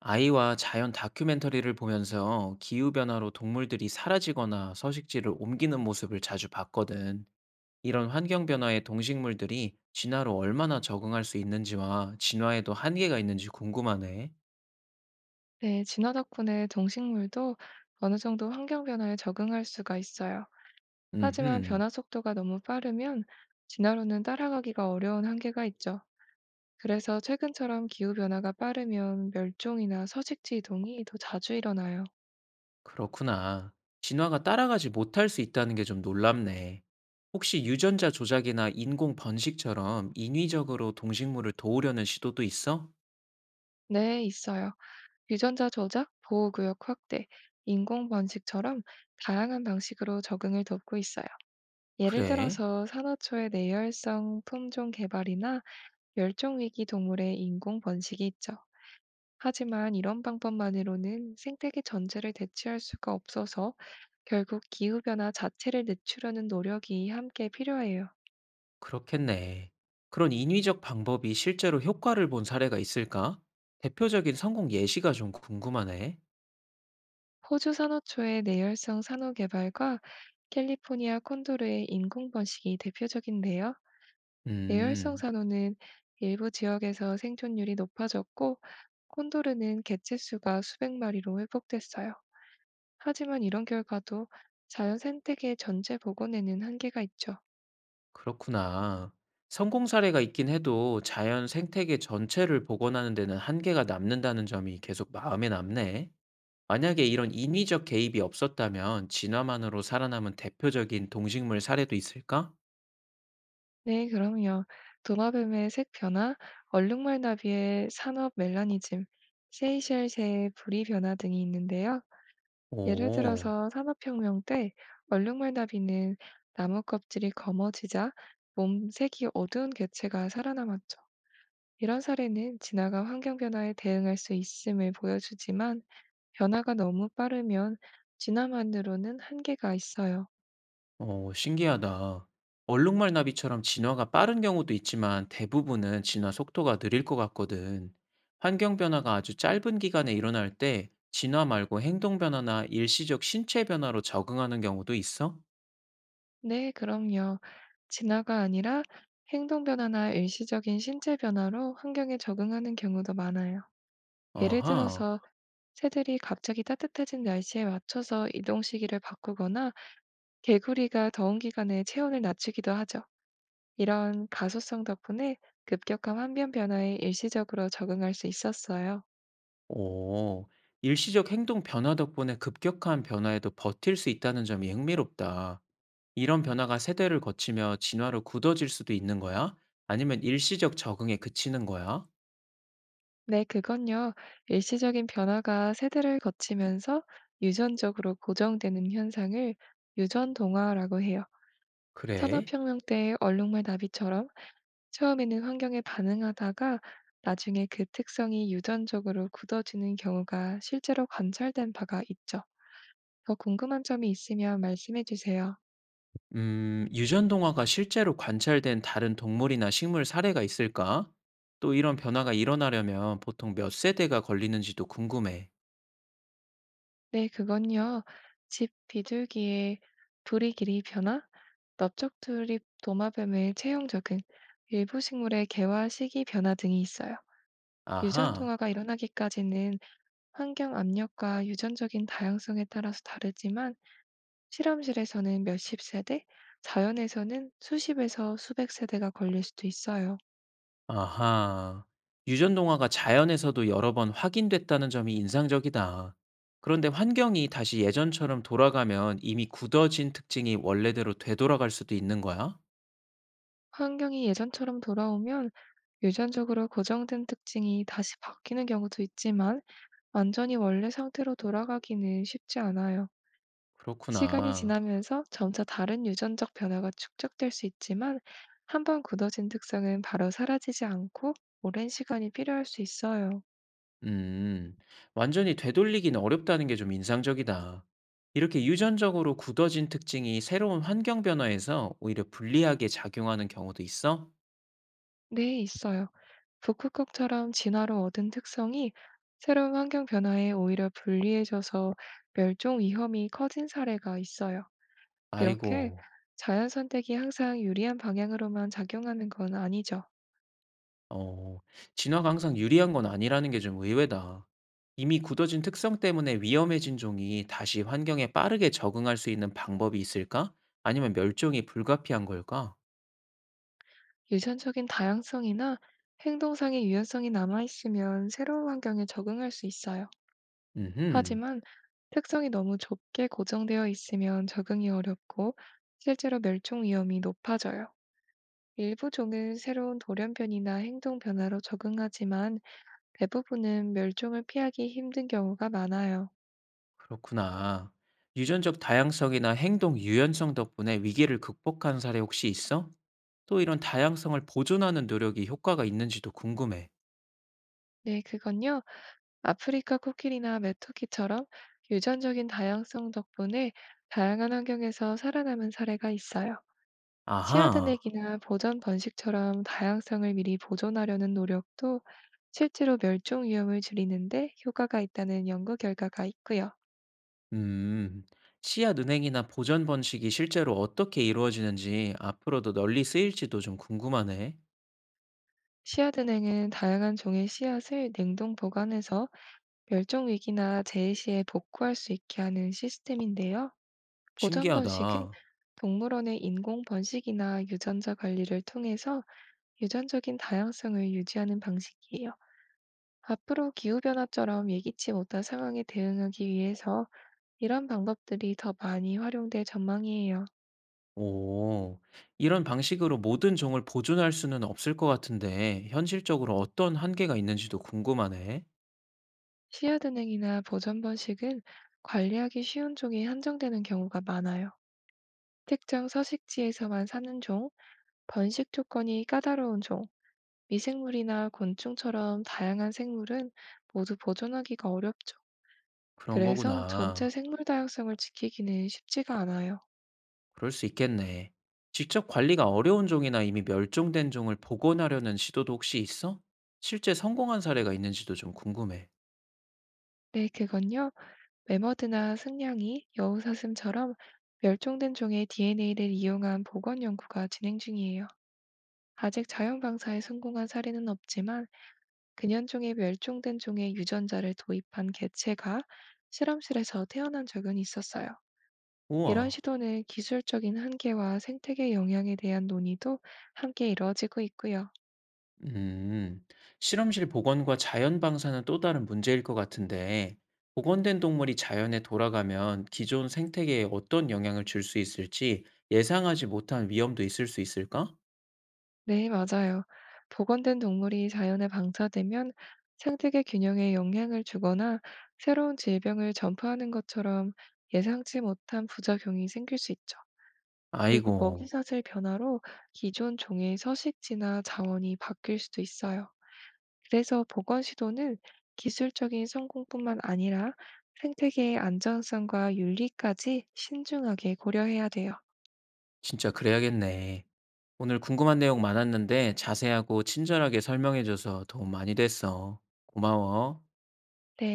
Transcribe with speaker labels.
Speaker 1: 아이와 자연 다큐멘터리를 보면서 기후변화로 동물들이 사라지거나 서식지를 옮기는 모습을 자주 봤거든. 이런 환경변화에 동식물들이 진화로 얼마나 적응할 수 있는지와 진화에도 한계가 있는지 궁금하네.
Speaker 2: 네, 진화 덕분에 동식물도 어느 정도 환경 변화에 적응할 수가 있어요. 하지만
Speaker 1: 음흠.
Speaker 2: 변화 속도가 너무 빠르면 진화로는 따라가기가 어려운 한계가 있죠. 그래서 최근처럼 기후 변화가 빠르면 멸종이나 서식지 이동이 더 자주 일어나요.
Speaker 1: 그렇구나. 진화가 따라가지 못할 수 있다는 게 좀 놀랍네. 혹시 유전자 조작이나 인공 번식처럼 인위적으로 동식물을 도우려는 시도도 있어?
Speaker 2: 네, 있어요. 유전자 조작, 보호구역 확대, 인공 번식처럼 다양한 방식으로 적응을 돕고 있어요. 예를
Speaker 1: 그래?
Speaker 2: 들어서 산호초의 내열성 품종 개발이나 멸종 위기 동물의 인공 번식이 있죠. 하지만 이런 방법만으로는 생태계 전체를 대체할 수가 없어서 결국 기후변화 자체를 늦추려는 노력이 함께 필요해요.
Speaker 1: 그렇겠네. 그런 인위적 방법이 실제로 효과를 본 사례가 있을까? 대표적인 성공 예시가 좀 궁금하네.
Speaker 2: 호주 산호초의 내열성 산호 개발과 캘리포니아 콘도르의 인공 번식이 대표적인데요. 내열성
Speaker 1: 음.
Speaker 2: 산호는 일부 지역에서 생존율이 높아졌고 콘도르는 개체수가 수백 마리로 회복됐어요. 하지만 이런 결과도 자연 생태계 전체 복원에는 한계가 있죠.
Speaker 1: 그렇구나. 성공 사례가 있긴 해도 자연 생태계 전체를 복원하는 데는 한계가 남는다는 점이 계속 마음에 남네. 만약에 이런 인위적 개입이 없었다면 진화만으로 살아남은 대표적인 동식물 사례도 있을까?
Speaker 2: 네, 그럼요. 도마뱀의 색 변화, 얼룩말나비의 산업 멜라니즘, 세이셸 새의 부리 변화 등이 있는데요. 예를
Speaker 1: 오.
Speaker 2: 들어서 산업혁명 때 얼룩말나비는 나무 껍질이 검어지자 몸 색이 어두운 개체가 살아남았죠. 이런 사례는 진화가 환경 변화에 대응할 수 있음을 보여주지만 변화가 너무 빠르면 진화만으로는 한계가 있어요.
Speaker 1: 어 신기하다. 얼룩말 나비처럼 진화가 빠른 경우도 있지만 대부분은 진화 속도가 느릴 것 같거든. 환경 변화가 아주 짧은 기간에 일어날 때 진화 말고 행동 변화나 일시적 신체 변화로 적응하는 경우도 있어?
Speaker 2: 네, 그럼요. 진화가 아니라 행동 변화나 일시적인 신체 변화로 환경에 적응하는 경우도 많아요. 예를
Speaker 1: 아하.
Speaker 2: 들어서 새들이 갑자기 따뜻해진 날씨에 맞춰서 이동 시기를 바꾸거나 개구리가 더운 기간에 체온을 낮추기도 하죠. 이런 가소성 덕분에 급격한 환경 변화에 일시적으로 적응할 수 있었어요.
Speaker 1: 오. 일시적 행동 변화 덕분에 급격한 변화에도 버틸 수 있다는 점이 흥미롭다. 이런 변화가 세대를 거치며 진화로 굳어질 수도 있는 거야? 아니면 일시적 적응에 그치는 거야?
Speaker 2: 네, 그건요. 일시적인 변화가 새들을 거치면서 유전적으로 고정되는 현상을 유전 동화라고 해요.
Speaker 1: 그래?
Speaker 2: 산업혁명 때 얼룩말 나비처럼 처음에는 환경에 반응하다가 나중에 그 특성이 유전적으로 굳어지는 경우가 실제로 관찰된 바가 있죠. 더 궁금한 점이 있으면 말씀해 주세요.
Speaker 1: 유전동화가 실제로 관찰된 다른 동물이나 식물 사례가 있을까? 또 이런 변화가 일어나려면 보통 몇 세대가 걸리는지도 궁금해.
Speaker 2: 네, 그건요. 집 비둘기의 부리 길이 변화, 넓적두립 도마뱀의 체형 적응, 일부 식물의 개화 시기 변화 등이 있어요. 유전
Speaker 1: 아하,
Speaker 2: 동화가 일어나기까지는 환경 압력과 유전적인 다양성에 따라서 다르지만 실험실에서는 몇 십 세대, 자연에서는 수십에서 수백 세대가 걸릴 수도 있어요.
Speaker 1: 아하. 유전동화가 자연에서도 여러 번 확인됐다는 점이 인상적이다. 그런데 환경이 다시 예전처럼 돌아가면 이미 굳어진 특징이 원래대로 되돌아갈 수도 있는 거야?
Speaker 2: 환경이 예전처럼 돌아오면 유전적으로 고정된 특징이 다시 바뀌는 경우도 있지만 완전히 원래 상태로 돌아가기는 쉽지 않아요. 시간이
Speaker 1: 그렇구나.
Speaker 2: 지나면서 점차 다른 유전적 변화가 축적될 수 있지만 한 번 굳어진 특성은 바로 사라지지 않고 오랜 시간이 필요할 수 있어요.
Speaker 1: 음. 완전히 되돌리기는 어렵다는 게 좀 인상적이다. 이렇게 유전적으로 굳어진 특징이 새로운 환경 변화에서 오히려 불리하게 작용하는 경우도 있어?
Speaker 2: 네, 있어요. 북극곰처럼 진화로 얻은 특성이 새로운 환경 변화에 오히려 불리해져서 멸종 위험이 커진 사례가 있어요. 이렇게
Speaker 1: 아이고.
Speaker 2: 자연 선택이 항상 유리한 방향으로만 작용하는 건 아니죠.
Speaker 1: 어. 진화가 항상 유리한 건 아니라는 게 좀 의외다. 이미 굳어진 특성 때문에 위험해진 종이 다시 환경에 빠르게 적응할 수 있는 방법이 있을까? 아니면 멸종이 불가피한 걸까?
Speaker 2: 유전적인 다양성이나 행동상의 유연성이 남아있으면 새로운 환경에 적응할 수 있어요.
Speaker 1: 음흠.
Speaker 2: 하지만 특성이 너무 좁게 고정되어 있으면 적응이 어렵고 실제로 멸종 위험이 높아져요. 일부 종은 새로운 돌연변이나 행동 변화로 적응하지만 대부분은 멸종을 피하기 힘든 경우가 많아요.
Speaker 1: 그렇구나. 유전적 다양성이나 행동 유연성 덕분에 위기를 극복한 사례 혹시 있어? 또 이런 다양성을 보존하는 노력이 효과가 있는지도 궁금해.
Speaker 2: 네, 그건요. 아프리카 코끼리나 메토키처럼 유전적인 다양성 덕분에 다양한 환경에서 살아남은 사례가 있어요.
Speaker 1: 아하.
Speaker 2: 씨앗은행이나 보전 번식처럼 다양성을 미리 보존하려는 노력도 실제로 멸종 위험을 줄이는데 효과가 있다는 연구 결과가 있고요.
Speaker 1: 음, 씨앗 은행이나 보전 번식이 실제로 어떻게 이루어지는지 앞으로도 널리 쓰일지도 좀 궁금하네.
Speaker 2: 씨앗은행은 다양한 종의 씨앗을 냉동 보관해서 멸종 위기나 재해 시에 복구할 수 있게 하는 시스템인데요. 보존 번식은
Speaker 1: 신기하다.
Speaker 2: 동물원의 인공 번식이나 유전자 관리를 통해서 유전적인 다양성을 유지하는 방식이에요. 앞으로 기후변화처럼 예기치 못한 상황에 대응하기 위해서 이런 방법들이 더 많이 활용될 전망이에요.
Speaker 1: 오, 이런 방식으로 모든 종을 보존할 수는 없을 것 같은데, 현실적으로 어떤 한계가 있는지도 궁금하네.
Speaker 2: 씨앗은행이나 보존 번식은 관리하기 쉬운 종이 한정되는 경우가 많아요. 특정 서식지에서만 사는 종, 번식 조건이 까다로운 종, 미생물이나 곤충처럼 다양한 생물은 모두 보존하기가 어렵죠.
Speaker 1: 그런
Speaker 2: 그래서 전체
Speaker 1: 거구나.
Speaker 2: 생물 다양성을 지키기는 쉽지가 않아요.
Speaker 1: 그럴 수 있겠네. 직접 관리가 어려운 종이나 이미 멸종된 종을 복원하려는 시도도 혹시 있어? 실제 성공한 사례가 있는지도 좀 궁금해.
Speaker 2: 네, 그건요. 매머드나 승냥이, 여우사슴처럼 멸종된 종의 DNA를 이용한 복원 연구가 진행 중이에요. 아직 자연 방사에 성공한 사례는 없지만 근현종의 멸종된 종의 유전자를 도입한 개체가 실험실에서 태어난 적은 있었어요. 이런
Speaker 1: 우와.
Speaker 2: 시도는 기술적인 한계와 생태계 영향에 대한 논의도 함께 이루어지고 있고요.
Speaker 1: 음, 실험실 복원과 자연 방사는 또 다른 문제일 것 같은데, 복원된 동물이 자연에 돌아가면 기존 생태계에 어떤 영향을 줄 수 있을지 예상하지 못한 위험도 있을 수 있을까?
Speaker 2: 네, 맞아요. 복원된 동물이 자연에 방사되면 생태계 균형에 영향을 주거나 새로운 질병을 전파하는 것처럼 예상치 못한 부작용이 생길 수 있죠. 그리고
Speaker 1: 아이고.
Speaker 2: 먹이사슬 변화로 기존 종의 서식지나 자원이 바뀔 수도 있어요. 그래서 복원 시도는 기술적인 성공뿐만 아니라 생태계의 안정성과 윤리까지 신중하게 고려해야 돼요.
Speaker 1: 진짜 그래야겠네. 오늘 궁금한 내용 많았는데 자세하고 친절하게 설명해줘서 도움 많이 됐어. 고마워.
Speaker 2: 네.